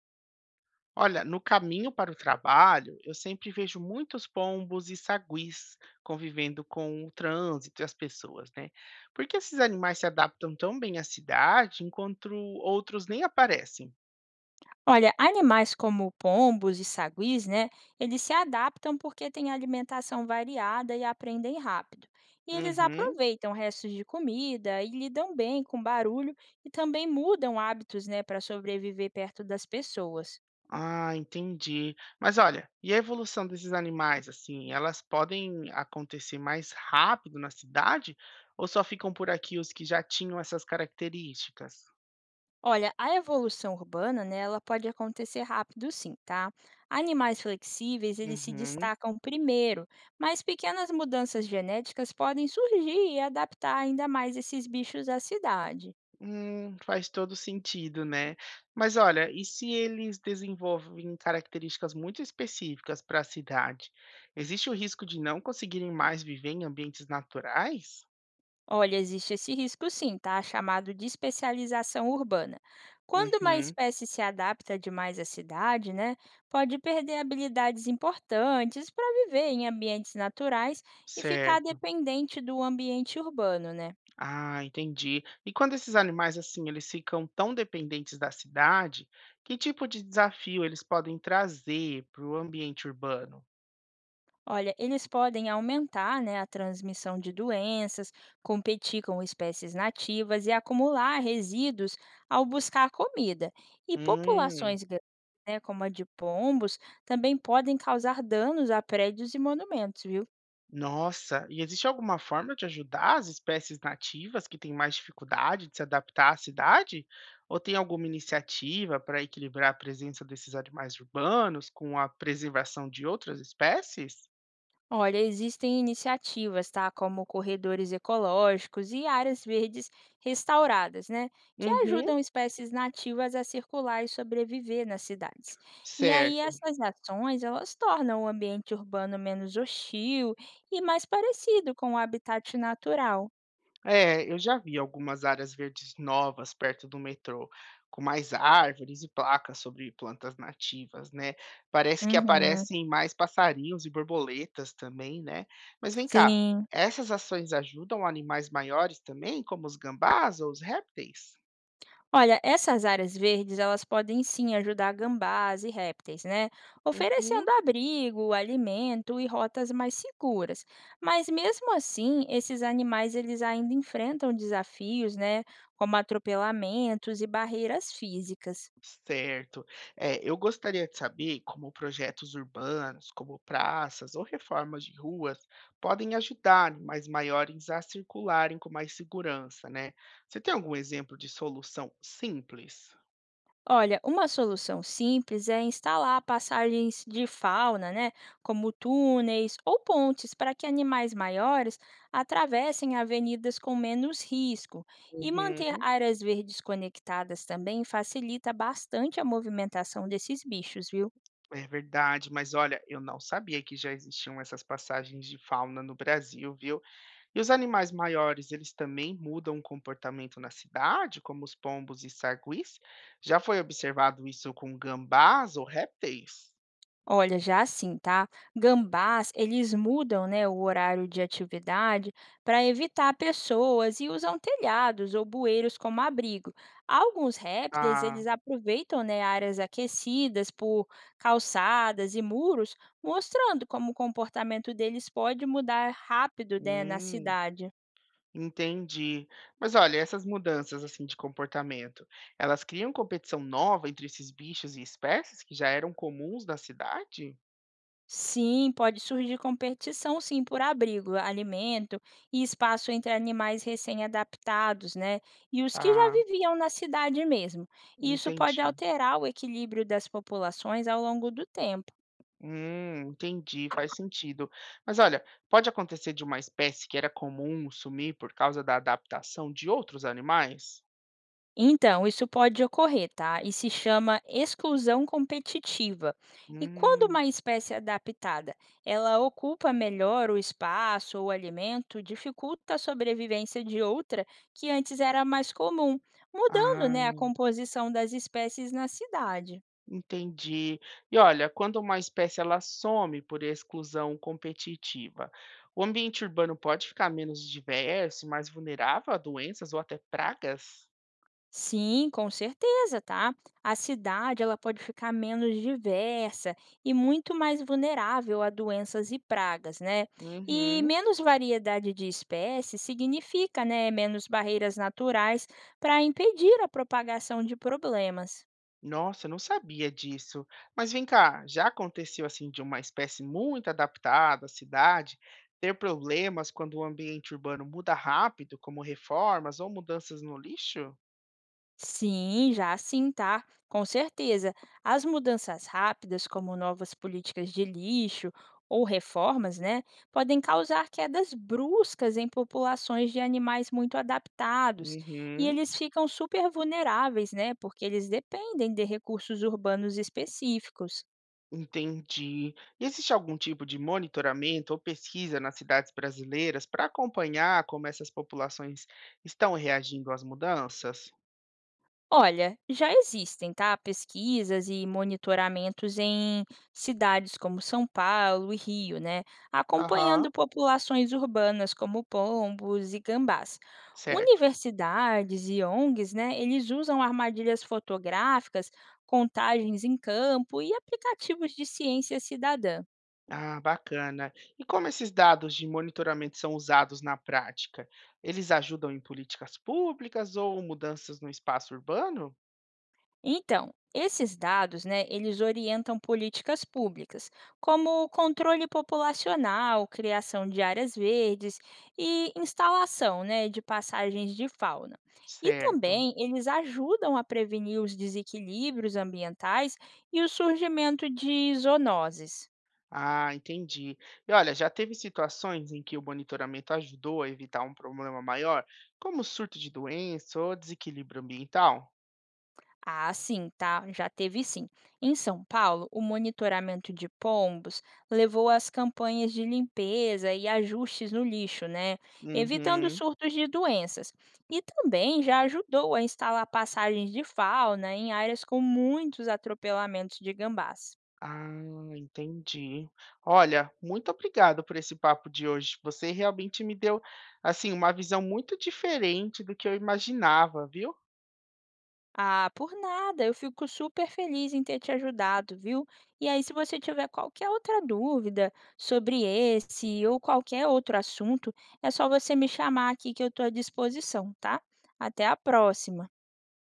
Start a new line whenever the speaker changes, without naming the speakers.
Olha, no caminho para o trabalho, eu sempre vejo muitos pombos e saguis convivendo com o trânsito e as pessoas, né? Por que esses animais se adaptam tão bem à cidade enquanto outros nem aparecem?
Olha, animais como pombos e saguis, né, eles se adaptam porque têm alimentação variada e aprendem rápido. E eles
Uhum.
aproveitam restos de comida e lidam bem com barulho e também mudam hábitos, né, para sobreviver perto das pessoas.
Ah, entendi. Mas olha, e a evolução desses animais, assim, elas podem acontecer mais rápido na cidade ou só ficam por aqui os que já tinham essas características?
Olha, a evolução urbana, né, ela pode acontecer rápido sim, tá? Animais flexíveis, eles se
Uhum.
destacam primeiro, mas pequenas mudanças genéticas podem surgir e adaptar ainda mais esses bichos à cidade.
Faz todo sentido, né. Mas olha, e se eles desenvolvem características muito específicas para a cidade, existe o risco de não conseguirem mais viver em ambientes naturais?
Olha, existe esse risco sim, tá? Chamado de especialização urbana. Quando uma
Uhum,
espécie se adapta demais à cidade, né, pode perder habilidades importantes para viver em ambientes naturais e ficar
certo.
dependente do ambiente urbano, né?
Ah, entendi. E quando esses animais, assim, eles ficam tão dependentes da cidade, que tipo de desafio eles podem trazer para o ambiente urbano?
Olha, eles podem aumentar, né, a transmissão de doenças, competir com espécies nativas e acumular resíduos ao buscar comida. E
Hum.
populações grandes, né, como a de pombos, também podem causar danos a prédios e monumentos, viu?
Nossa, e existe alguma forma de ajudar as espécies nativas que têm mais dificuldade de se adaptar à cidade? Ou tem alguma iniciativa para equilibrar a presença desses animais urbanos com a preservação de outras espécies?
Olha, existem iniciativas, tá? Como corredores ecológicos e áreas verdes restauradas, né? Que
Uhum.
ajudam espécies nativas a circular e sobreviver nas cidades. E aí
Certo.
essas ações, elas tornam o ambiente urbano menos hostil e mais parecido com o habitat natural.
É, eu já vi algumas áreas verdes novas perto do metrô, com mais árvores e placas sobre plantas nativas, né? Parece que
Uhum,
aparecem mais passarinhos e borboletas também, né? Mas vem cá,
sim.
essas ações ajudam animais maiores também, como os gambás ou os répteis?
Olha, essas áreas verdes, elas podem sim ajudar gambás e répteis, né?
Uhum.
Oferecendo abrigo, alimento e rotas mais seguras. Mas mesmo assim, esses animais eles ainda enfrentam desafios, né, como atropelamentos e barreiras físicas.
Certo. É, eu gostaria de saber como projetos urbanos, como praças ou reformas de ruas, podem ajudar animais maiores a circularem com mais segurança, né? Você tem algum exemplo de solução simples?
Olha, uma solução simples é instalar passagens de fauna, né, como túneis ou pontes, para que animais maiores atravessem avenidas com menos risco. E manter
Uhum,
áreas verdes conectadas também facilita bastante a movimentação desses bichos, viu?
é verdade, mas olha, eu não sabia que já existiam essas passagens de fauna no Brasil, viu? E os animais maiores, eles também mudam o comportamento na cidade, como os pombos e sarguis? Já foi observado isso com gambás ou répteis?
Olha, já sim, tá? Gambás, eles mudam, né, o horário de atividade para evitar pessoas e usam telhados ou bueiros como abrigo. Alguns répteis,
Ah,
eles aproveitam, né, áreas aquecidas por calçadas e muros, mostrando como o comportamento deles pode mudar rápido, né, na
hum,
cidade.
entendi. Mas olha, essas mudanças assim de comportamento, elas criam competição nova entre esses bichos e espécies que já eram comuns na cidade?
Sim, pode surgir competição, sim, por abrigo, alimento e espaço entre animais recém-adaptados, né? E os que já
Ah,
viviam na cidade mesmo. E isso pode
entendi.
alterar o equilíbrio das populações ao longo do tempo.
Entendi, faz sentido. Mas olha, pode acontecer de uma espécie que era comum sumir por causa da adaptação de outros animais?
Então, isso pode ocorrer, tá? E se chama exclusão competitiva. E quando
Hum,
uma espécie é adaptada, ela ocupa melhor o espaço ou alimento, dificulta a sobrevivência de outra que antes era mais comum, mudando,
ah,
né, a composição das espécies na cidade.
entendi. E olha, quando uma espécie ela some por exclusão competitiva, o ambiente urbano pode ficar menos diverso e mais vulnerável a doenças ou até pragas?
Sim, com certeza, tá? A cidade ela pode ficar menos diversa e muito mais vulnerável a doenças e pragas, né? E
Uhum.
menos variedade de espécies significa, né, menos barreiras naturais para impedir a propagação de problemas.
Nossa, eu não sabia disso. Mas vem cá, já aconteceu assim de uma espécie muito adaptada à cidade ter problemas quando o ambiente urbano muda rápido, como reformas ou mudanças no lixo?
Sim, já sim, tá? Com certeza. As mudanças rápidas, como novas políticas de lixo ou reformas, né, podem causar quedas bruscas em populações de animais muito adaptados. E
Uhum,
eles ficam super vulneráveis, né, porque eles dependem de recursos urbanos específicos.
entendi. E existe algum tipo de monitoramento ou pesquisa nas cidades brasileiras para acompanhar como essas populações estão reagindo às mudanças?
Olha, já existem, tá? Pesquisas e monitoramentos em cidades como São Paulo e Rio, né?
Aham,
Acompanhando populações urbanas como pombos e gambás.
certo.
Universidades e ONGs, né? Eles usam armadilhas fotográficas, contagens em campo e aplicativos de ciência cidadã.
Ah, bacana. E como esses dados de monitoramento são usados na prática? Eles ajudam em políticas públicas ou mudanças no espaço urbano?
Então, esses dados, né, eles orientam políticas públicas, como o controle populacional, criação de áreas verdes e instalação, né, de passagens de fauna. E
Certo.
também eles ajudam a prevenir os desequilíbrios ambientais e o surgimento de zoonoses.
Ah, entendi. E olha, já teve situações em que o monitoramento ajudou a evitar um problema maior, como surto de doença ou desequilíbrio ambiental?
Ah, sim, tá? Já teve sim. Em São Paulo, o monitoramento de pombos levou às campanhas de limpeza e ajustes no lixo, né? Evitando
Uhum.
surtos de doenças. E também já ajudou a instalar passagens de fauna em áreas com muitos atropelamentos de gambás.
Ah, entendi. Olha, muito obrigado por esse papo de hoje. Você realmente me deu, assim, uma visão muito diferente do que eu imaginava, viu?
Ah, por nada. Eu fico super feliz em ter te ajudado, viu? E aí, se você tiver qualquer outra dúvida sobre esse ou qualquer outro assunto, é só você me chamar aqui que eu estou à disposição, tá? Até a próxima.